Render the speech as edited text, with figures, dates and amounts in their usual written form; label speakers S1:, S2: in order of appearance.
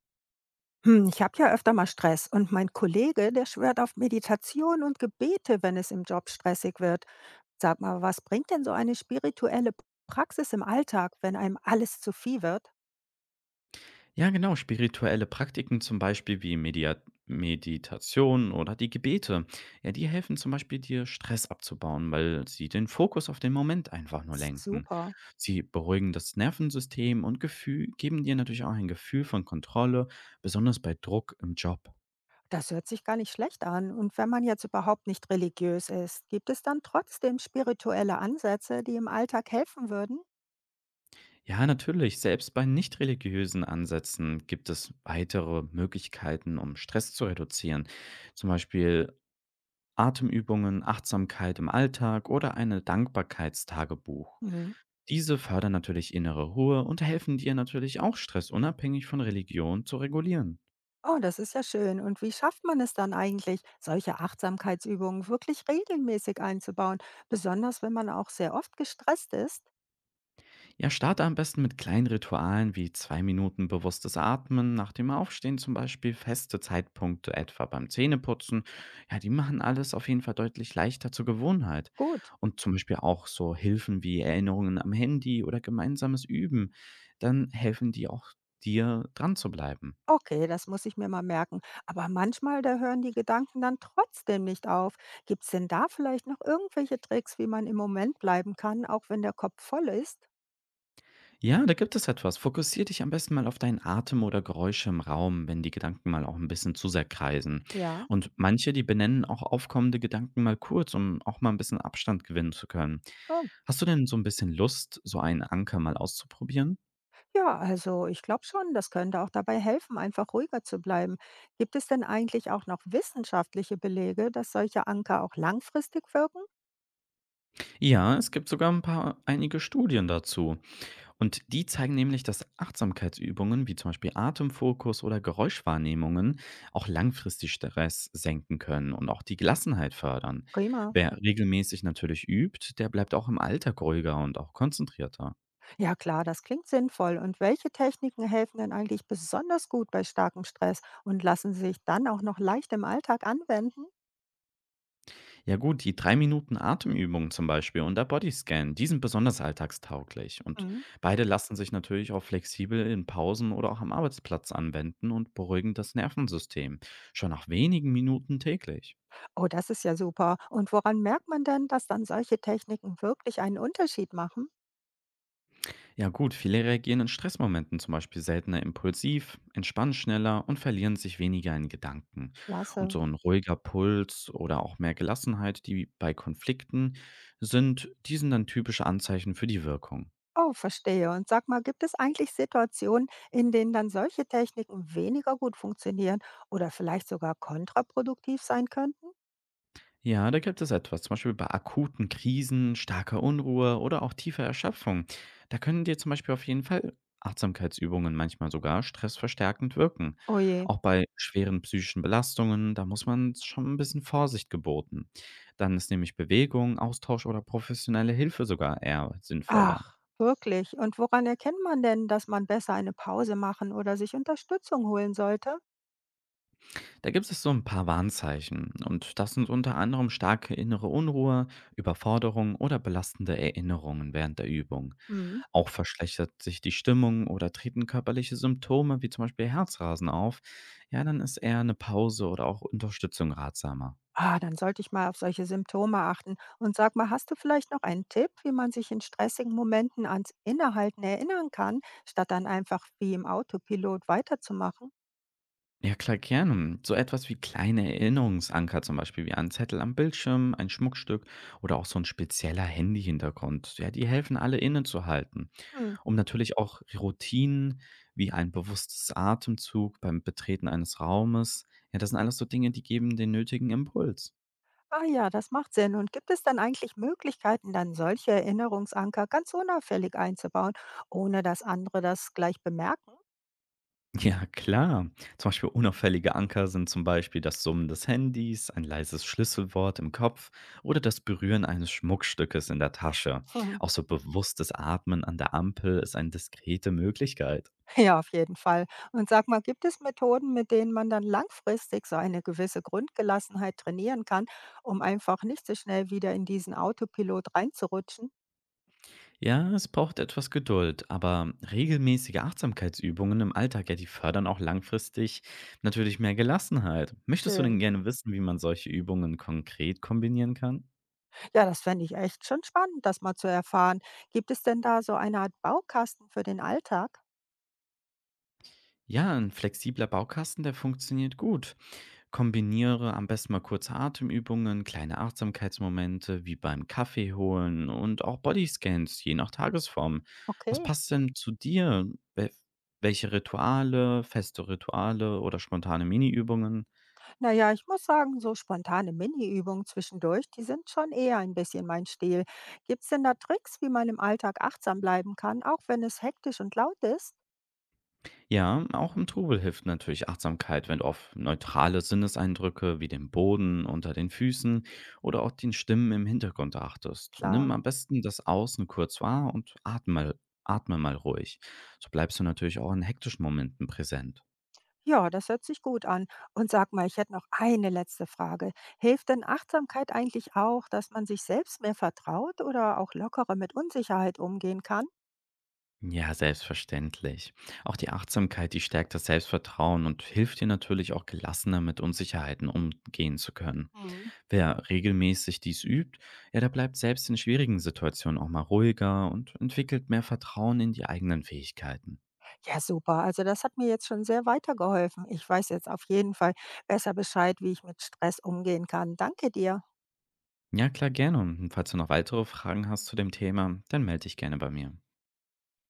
S1: Hm, ich habe ja öfter mal Stress und mein Kollege, der schwört auf Meditation und Gebete, wenn es im Job stressig wird. Sag mal, was bringt denn so eine spirituelle Praxis im Alltag, wenn einem alles zu viel wird?
S2: Ja, genau. Spirituelle Praktiken zum Beispiel wie Media Meditation oder die Gebete. Ja, die helfen zum Beispiel dir Stress abzubauen, weil sie den Fokus auf den Moment einfach nur lenken.
S1: Super.
S2: Sie beruhigen das Nervensystem und Gefühl, geben dir natürlich auch ein Gefühl von Kontrolle, besonders bei Druck im Job.
S1: Das hört sich gar nicht schlecht an. Und wenn man jetzt überhaupt nicht religiös ist, gibt es dann trotzdem spirituelle Ansätze, die im Alltag helfen würden?
S2: Ja, natürlich. Selbst bei nicht religiösen Ansätzen gibt es weitere Möglichkeiten, um Stress zu reduzieren. Zum Beispiel Atemübungen, Achtsamkeit im Alltag oder eine Dankbarkeitstagebuch.
S1: Mhm.
S2: Diese fördern natürlich innere Ruhe und helfen dir natürlich auch Stress unabhängig von Religion zu regulieren.
S1: Oh, das ist ja schön. Und wie schafft man es dann eigentlich, solche Achtsamkeitsübungen wirklich regelmäßig einzubauen, besonders wenn man auch sehr oft gestresst ist?
S2: Ja, starte am besten mit kleinen Ritualen wie 2 Minuten bewusstes Atmen, nach dem Aufstehen zum Beispiel feste Zeitpunkte, etwa beim Zähneputzen. Ja, die machen alles auf jeden Fall deutlich leichter zur Gewohnheit.
S1: Gut,
S2: Und zum Beispiel auch so Hilfen wie Erinnerungen am Handy oder gemeinsames Üben, dann helfen die auch dir dran zu bleiben.
S1: okay, das muss ich mir mal merken. Aber manchmal, da hören die Gedanken dann trotzdem nicht auf. Gibt es denn da vielleicht noch irgendwelche Tricks, wie man im Moment bleiben kann, auch wenn der Kopf voll ist?
S2: Ja, da gibt es etwas. Fokussier dich am besten mal auf deinen Atem oder Geräusche im Raum, wenn die Gedanken mal auch ein bisschen zu sehr kreisen.
S1: Ja,
S2: Und manche, die benennen auch aufkommende Gedanken mal kurz, um auch mal ein bisschen Abstand gewinnen zu können. Hast du denn so ein bisschen Lust, so einen Anker mal auszuprobieren?
S1: Ja, also ich glaube schon, das könnte auch dabei helfen, einfach ruhiger zu bleiben. Gibt es denn eigentlich auch noch wissenschaftliche Belege, dass solche Anker auch langfristig wirken?
S2: Ja, es gibt sogar einige Studien dazu. Und die zeigen nämlich, dass Achtsamkeitsübungen wie zum Beispiel Atemfokus oder Geräuschwahrnehmungen auch langfristig Stress senken können und auch die Gelassenheit fördern.
S1: Prima.
S2: Wer regelmäßig natürlich übt, der bleibt auch im Alltag ruhiger und auch konzentrierter.
S1: Ja klar, das klingt sinnvoll. Und welche Techniken helfen denn eigentlich besonders gut bei starkem Stress und lassen sich dann auch noch leicht im Alltag anwenden?
S2: Ja gut, die 3 Minuten Atemübungen zum Beispiel und der Bodyscan, die sind besonders alltagstauglich und
S1: Mhm.
S2: beide lassen sich natürlich auch flexibel in Pausen oder auch am Arbeitsplatz anwenden und beruhigen das Nervensystem schon nach wenigen Minuten täglich.
S1: Oh, das ist ja super. Und woran merkt man denn, dass dann solche Techniken wirklich einen Unterschied machen?
S2: Ja gut, viele reagieren in Stressmomenten zum Beispiel seltener impulsiv, entspannen schneller und verlieren sich weniger in Gedanken. Und
S1: Klasse.
S2: so ein ruhiger Puls oder auch mehr Gelassenheit, die bei Konflikten sind, die sind dann typische Anzeichen für die Wirkung.
S1: Oh, verstehe. Und sag mal, gibt es eigentlich Situationen, in denen dann solche Techniken weniger gut funktionieren oder vielleicht sogar kontraproduktiv sein könnten?
S2: Ja, da gibt es etwas, zum Beispiel bei akuten Krisen, starker Unruhe oder auch tiefer Erschöpfung. Da können dir zum Beispiel auf jeden Fall Achtsamkeitsübungen manchmal sogar stressverstärkend wirken.
S1: Oh je.
S2: Auch bei schweren psychischen Belastungen, da muss man schon ein bisschen Vorsicht geboten. Dann ist nämlich Bewegung, Austausch oder professionelle Hilfe sogar eher sinnvoller.
S1: Ach, wirklich. Und woran erkennt man denn, dass man besser eine Pause machen oder sich Unterstützung holen sollte?
S2: Da gibt es so ein paar Warnzeichen und das sind unter anderem starke innere Unruhe, Überforderung oder belastende Erinnerungen während der Übung.
S1: Hm.
S2: Auch verschlechtert sich die Stimmung oder treten körperliche Symptome wie zum Beispiel Herzrasen auf, ja, dann ist eher eine Pause oder auch Unterstützung ratsamer.
S1: Ah, dann sollte ich mal auf solche Symptome achten. Und sag mal, hast du vielleicht noch einen Tipp, wie man sich in stressigen Momenten ans Innehalten erinnern kann, statt dann einfach wie im Autopilot weiterzumachen?
S2: Ja, klar, gerne. So etwas wie kleine Erinnerungsanker, zum Beispiel wie ein Zettel am Bildschirm, ein Schmuckstück oder auch so ein spezieller Handy-Hintergrund, ja, die helfen alle innezuhalten,
S1: Hm.
S2: um natürlich auch Routinen wie ein bewusstes Atemzug beim Betreten eines Raumes. Ja, das sind alles so Dinge, die geben den nötigen Impuls.
S1: Ah ja, das macht Sinn. Und gibt es dann eigentlich Möglichkeiten, dann solche Erinnerungsanker ganz unauffällig einzubauen, ohne dass andere das gleich bemerken?
S2: Ja, klar. Zum Beispiel unauffällige Anker sind zum Beispiel das Summen des Handys, ein leises Schlüsselwort im Kopf oder das Berühren eines Schmuckstückes in der Tasche.
S1: Hm,
S2: Auch so bewusstes Atmen an der Ampel ist eine diskrete Möglichkeit.
S1: ja, auf jeden Fall. Und sag mal, gibt es Methoden, mit denen man dann langfristig so eine gewisse Grundgelassenheit trainieren kann, um einfach nicht so schnell wieder in diesen Autopilot reinzurutschen?
S2: Ja, es braucht etwas Geduld, aber regelmäßige Achtsamkeitsübungen im Alltag, ja, die fördern auch langfristig natürlich mehr Gelassenheit. Möchtest du denn
S1: Schön.
S2: gerne wissen, wie man solche Übungen konkret kombinieren kann?
S1: Ja, das fände ich echt schon spannend, das mal zu erfahren. Gibt es denn da so eine Art Baukasten für den Alltag?
S2: Ja, ein flexibler Baukasten, der funktioniert gut. Kombiniere am besten mal kurze Atemübungen, kleine Achtsamkeitsmomente wie beim Kaffee holen und auch Bodyscans, je nach Tagesform. Was
S1: Okay.
S2: passt denn zu dir? Wel- Welche Rituale, feste Rituale oder spontane Mini-Übungen?
S1: Naja, ich muss sagen, so spontane Mini-Übungen zwischendurch, die sind schon eher ein bisschen mein Stil. Gibt es denn da Tricks, wie man im Alltag achtsam bleiben kann, auch wenn es hektisch und laut ist?
S2: Ja, auch im Trubel hilft natürlich Achtsamkeit, wenn du auf neutrale Sinneseindrücke wie den Boden unter den Füßen oder auch den Stimmen im Hintergrund achtest. Nimm
S1: Klar.
S2: am besten das Außen kurz wahr und atme mal ruhig. So bleibst du natürlich auch in hektischen Momenten präsent.
S1: Ja, das hört sich gut an. Und sag mal, ich hätte noch eine letzte Frage. Hilft denn Achtsamkeit eigentlich auch, dass man sich selbst mehr vertraut oder auch lockerer mit Unsicherheit umgehen kann?
S2: Ja, selbstverständlich. Auch die Achtsamkeit, die stärkt das Selbstvertrauen und hilft dir natürlich auch gelassener mit Unsicherheiten umgehen zu können.
S1: Hm.
S2: Wer regelmäßig dies übt, ja, der bleibt selbst in schwierigen Situationen auch mal ruhiger und entwickelt mehr Vertrauen in die eigenen Fähigkeiten.
S1: Ja, super. Also das hat mir jetzt schon sehr weitergeholfen. Ich weiß jetzt auf jeden Fall besser Bescheid, wie ich mit Stress umgehen kann. Danke dir.
S2: Ja, klar, gerne. Und falls du noch weitere Fragen hast zu dem Thema, dann melde dich gerne bei mir.